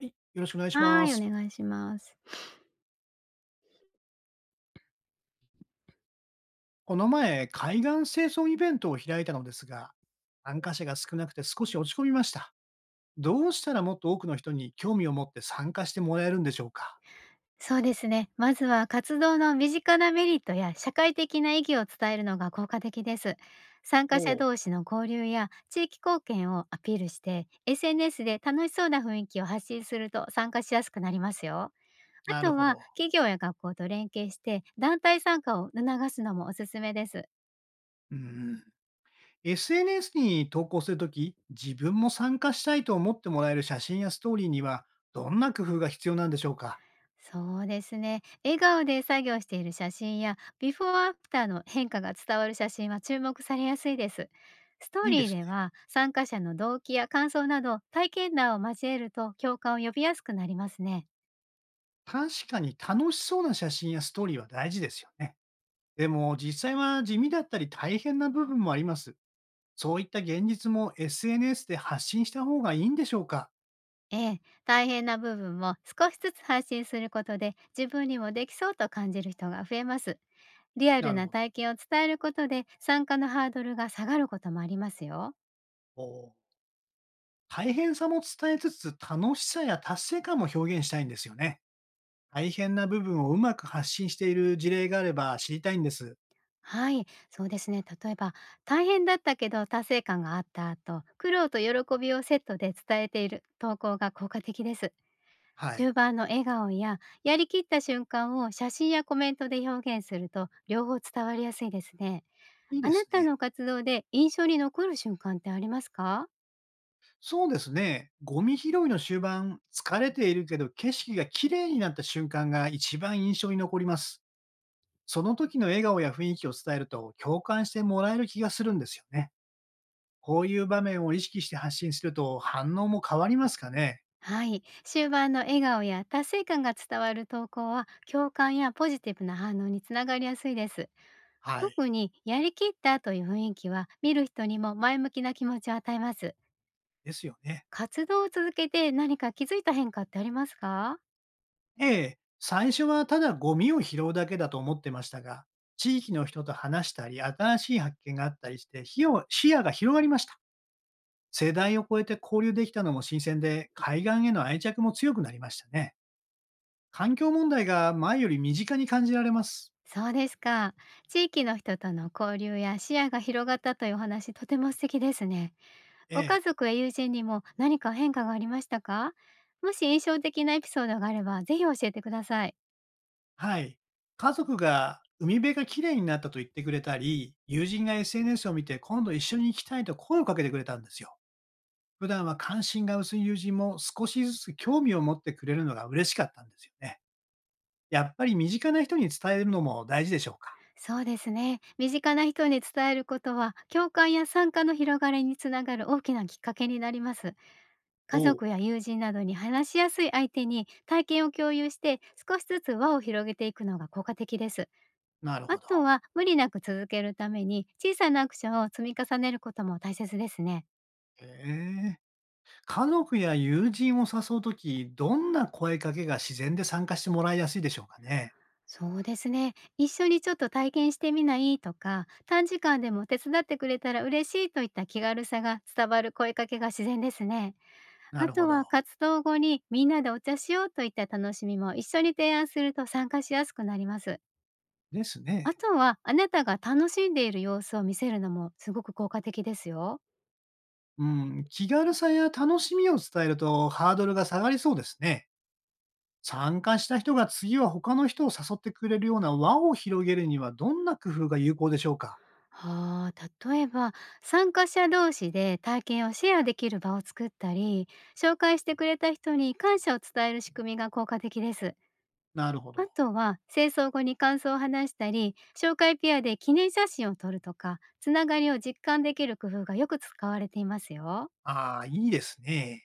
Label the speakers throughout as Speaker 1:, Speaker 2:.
Speaker 1: はい、よろしくお願いし
Speaker 2: は
Speaker 1: ま
Speaker 2: い、お
Speaker 1: す。
Speaker 2: 願いします。
Speaker 1: この前、海岸清掃イベントを開いたのですが、参加者が少なくて少し落ち込みました。どうしたらもっと多くの人に興味を持って参加してもらえるんでしょうか？
Speaker 2: そうですね。まずは活動の身近なメリットや社会的な意義を伝えるのが効果的です。参加者
Speaker 1: ほう、
Speaker 2: 同士の交流や地域貢献をアピールして、SNS で楽しそうな雰囲気を発信すると参加しやすくなりますよ。あ
Speaker 1: なる
Speaker 2: と
Speaker 1: ほ
Speaker 2: は
Speaker 1: ど。
Speaker 2: 企業や学校と連携して団体参加を促すのもおすすめです。
Speaker 1: うん、SNS に投稿するとき、自分も参加したいと思ってもらえる写真やストーリーには、どんな工夫が必要なんでしょうか？
Speaker 2: そうですね。笑顔で作業している写真や、ビフォーアフターの変化が伝わる写真は注目されやすいです。ストー
Speaker 1: いいで
Speaker 2: リー
Speaker 1: す
Speaker 2: で
Speaker 1: ね。
Speaker 2: は、参加者の動機や感想など、体験談を交えると共感を呼びやすくなりますね。
Speaker 1: 確かに楽しそうな写真やストーリーは大事ですよね。でも実際は地味だったり大変な部分もあります。そういった現実も SNS で発信した方がいいんでしょうか？
Speaker 2: ええ、大変な部分も少しずつ発信することで、自分にもできそうと感じる人が増えます。リア
Speaker 1: な
Speaker 2: ル
Speaker 1: る
Speaker 2: な
Speaker 1: ほど。
Speaker 2: 体験を伝えることで、参加のハードルが下がることもありますよ。
Speaker 1: おー大変さも伝えつつ楽しさや達成感も表現したいんですよね。大変な部分をうまく発信している事例があれば知りたいんです。
Speaker 2: はい、そうですね。例えば、大変だったけど達成感があったと、苦労と喜びをセットで伝えている投稿が効果的です。
Speaker 1: はい。
Speaker 2: 終盤の笑顔や、やりきった瞬間を写真やコメントで表現すると、両方伝わりやすいですね。
Speaker 1: いいで
Speaker 2: あな
Speaker 1: す
Speaker 2: た
Speaker 1: ね。
Speaker 2: の活動で印象に残る瞬間ってありますか？
Speaker 1: そうですね。ゴミ拾いの終盤、疲れているけど景色が綺麗になった瞬間が一番印象に残ります。その時の笑顔や雰囲気を伝えると共感してもらえる気がするんですよね。こういう場面を意識して発信すると反応も変わりますかね？
Speaker 2: はい、終盤の笑顔や達成感が伝わる投稿は、共感やポジティブな反応につながりやすいです。
Speaker 1: はい。
Speaker 2: 特にやりきったという雰囲気は見る人にも前向きな気持ちを与えます。
Speaker 1: ですよね。
Speaker 2: 活動を続けて何か気づいた変化ってありますか？
Speaker 1: ええ、最初はただゴミを拾うだけだと思ってましたが、地域の人と話したり、新しい発見があったりして、視野が広がりました。世代を超えて交流できたのも新鮮で、海岸への愛着も強くなりましたね。環境問題が前より身近に感じられます。
Speaker 2: そうですか。地域の人との交流や視野が広がったというお話、とても素敵ですね。
Speaker 1: え
Speaker 2: ご家
Speaker 1: え。
Speaker 2: 族や友人にも何か変化がありましたか？もし印象的なエピソードがあれば、ぜひ教えてください。
Speaker 1: はい。家族が海辺が綺麗になったと言ってくれたり、友人が SNS を見て今度一緒に行きたいと声をかけてくれたんですよ。普段は関心が薄い友人も少しずつ興味を持ってくれるのが嬉しかったんですよね。やっぱり身近な人に伝えるのも大事でしょうか？
Speaker 2: そうですね。身近な人に伝えることは共感や参加の広がりにつながる大きなきっかけになります。家
Speaker 1: おう、
Speaker 2: 族や友人などに話しやすい相手に体験を共有して、少しずつ輪を広げていくのが効果的です。
Speaker 1: なる
Speaker 2: あ
Speaker 1: ほど。
Speaker 2: とは無理なく続けるために、小さなアクションを積み重ねることも大切ですね。
Speaker 1: へえ。家族や友人を誘うとき、どんな声かけが自然で参加してもらいやすいでしょうかね？
Speaker 2: そうですね。一緒にちょっと体験してみないとか、短時間でも手伝ってくれたら嬉しいといった気軽さが伝わる声かけが自然ですね。
Speaker 1: な
Speaker 2: あ
Speaker 1: るほ
Speaker 2: とは
Speaker 1: ど。
Speaker 2: 活動後にみんなでお茶しようといった楽しみも一緒に提案すると、参加しやすくなります。
Speaker 1: です
Speaker 2: あ
Speaker 1: ね。
Speaker 2: とは、あなたが楽しんでいる様子を見せるのもすごく効果的ですよ。
Speaker 1: うん、気軽さや楽しみを伝えるとハードルが下がりそうですね。参加した人が次は他の人を誘ってくれるような輪を広げるにはどんな工夫が有効でしょうか？
Speaker 2: はあ、例えば、参加者同士で体験をシェアできる場を作ったり、紹介してくれた人に感謝を伝える仕組みが効果的です。
Speaker 1: なるほ
Speaker 2: あ
Speaker 1: ど。
Speaker 2: とは、清掃後に感想を話したり、紹介ペアで記念写真を撮るとか、つながりを実感できる工夫がよく使われていますよ。
Speaker 1: ああ、いいですね。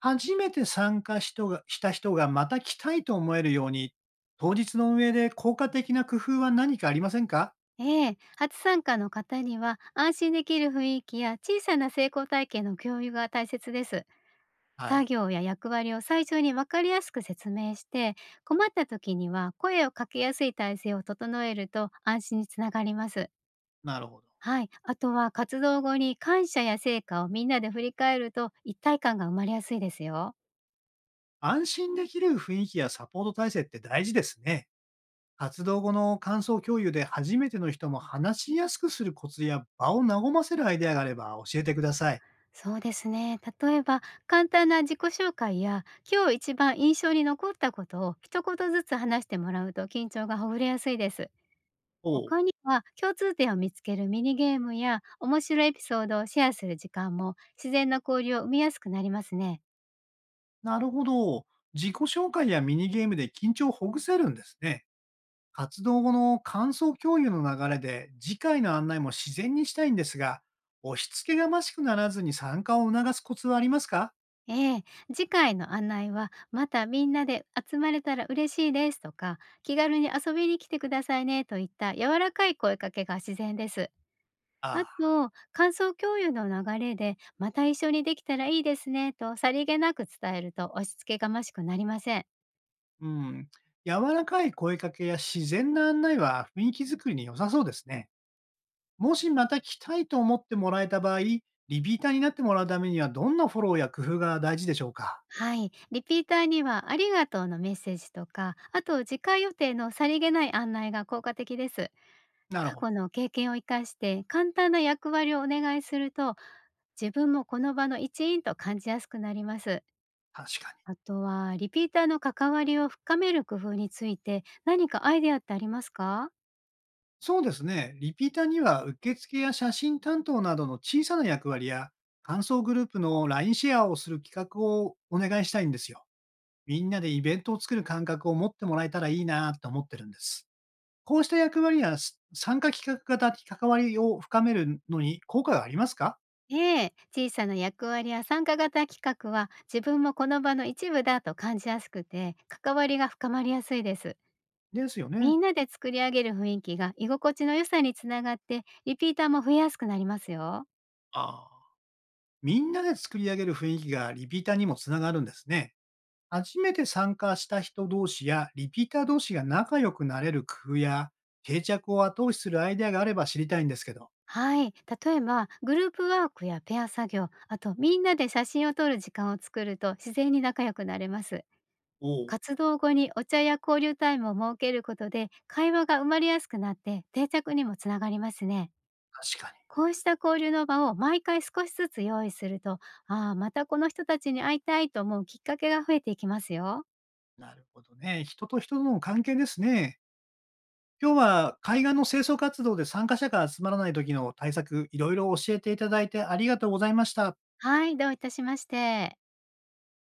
Speaker 1: 初めて参加した人がまた来たいと思えるように、当日の運営で効果的な工夫は何かありませんか？
Speaker 2: ええ、初参加の方には安心できる雰囲気や小さな成功体験の共有が大切です。
Speaker 1: は
Speaker 2: 作
Speaker 1: い。
Speaker 2: 業や役割を最初に分かりやすく説明して、困った時には声をかけやすい体制を整えると安心につながります。
Speaker 1: なるほど。
Speaker 2: はい、あとは活動後に感謝や成果をみんなで振り返ると、一体感が生まれやすいですよ。
Speaker 1: 安心できる雰囲気やサポート体制って大事ですね。活動後の感想共有で初めての人も話しやすくするコツや場を和ませるアイデアがあれば教えてください。
Speaker 2: そうですね。例えば、簡単な自己紹介や今日一番印象に残ったことを一言ずつ話してもらうと、緊張がほぐれやすいです。
Speaker 1: おう、
Speaker 2: 他には共通点を見つけるミニゲームや面白いエピソードをシェアする時間も、自然な交流を生みやすくなりますね。
Speaker 1: なるほど。自己紹介やミニゲームで緊張をほぐせるんですね。活動後の感想共有の流れで次回の案内も自然にしたいんですが、押し付けがましくならずに参加を促すコツはありますか？
Speaker 2: ええ、次回の案内はまたみんなで集まれたら嬉しいですとか、気軽に遊びに来てくださいねといった柔らかい声かけが自然です。
Speaker 1: あ
Speaker 2: あ
Speaker 1: あ、
Speaker 2: と感想共有の流れでまた一緒にできたらいいですねと、さりげなく伝えると押し付けがましくなりません。
Speaker 1: うん。柔らかい声かけや自然な案内は雰囲気作りに良さそうですね。もしまた来たいと思ってもらえた場合、リピーターになってもらうためにはどんなフォローや工夫が大事でしょうか？
Speaker 2: はい、リピーターにはありがとうのメッセージとか、あと次回予定のさりげない案内が効果的です。
Speaker 1: なる
Speaker 2: 過
Speaker 1: ほ
Speaker 2: 去
Speaker 1: ど。
Speaker 2: の経験を生かして簡単な役割をお願いすると、自分もこの場の一員と感じやすくなります。
Speaker 1: 確かに。
Speaker 2: あとは、リピーターの関わりを深める工夫について何かアイデアってありますか？
Speaker 1: そうですね。リピーターには受付や写真担当などの小さな役割や感想グループの LINE シェアをする企画をお願いしたいんですよ。みんなでイベントを作る感覚を持ってもらえたらいいなと思ってるんです。こうした役割や参加企画型関わりを深めるのに効果がありますか？
Speaker 2: ええ、小さな役割や参加型企画は自分もこの場の一部だと感じやすくて、関わりが深まりやすいです。
Speaker 1: ですよ
Speaker 2: み
Speaker 1: ね。
Speaker 2: んなで作り上げる雰囲気が居心地の良さにつながって、リピーターも増えやすくなりますよ。
Speaker 1: ああ。みんなで作り上げる雰囲気がリピーターにもつながるんですね。初めて参加した人同士やリピーター同士が仲良くなれる工夫や定着を後押しするアイデアがあれば知りたいんですけど。
Speaker 2: はい。例えば、グループワークやペア作業、あとみんなで写真を撮る時間を作ると自然に仲良くなれます。
Speaker 1: おお。
Speaker 2: 活動後にお茶や交流タイムを設けることで会話が生まれやすくなって、定着にもつながりますね。
Speaker 1: 確かに。
Speaker 2: こうした交流の場を毎回少しずつ用意すると、ああ、またこの人たちに会いたいと思うきっかけが増えていきますよ。
Speaker 1: なるほどね。人と人との関係ですね。今日は海岸の清掃活動で参加者が集まらない時の対策、いろいろ教えていただいてありがとうございました。
Speaker 2: はい、どういたしまして。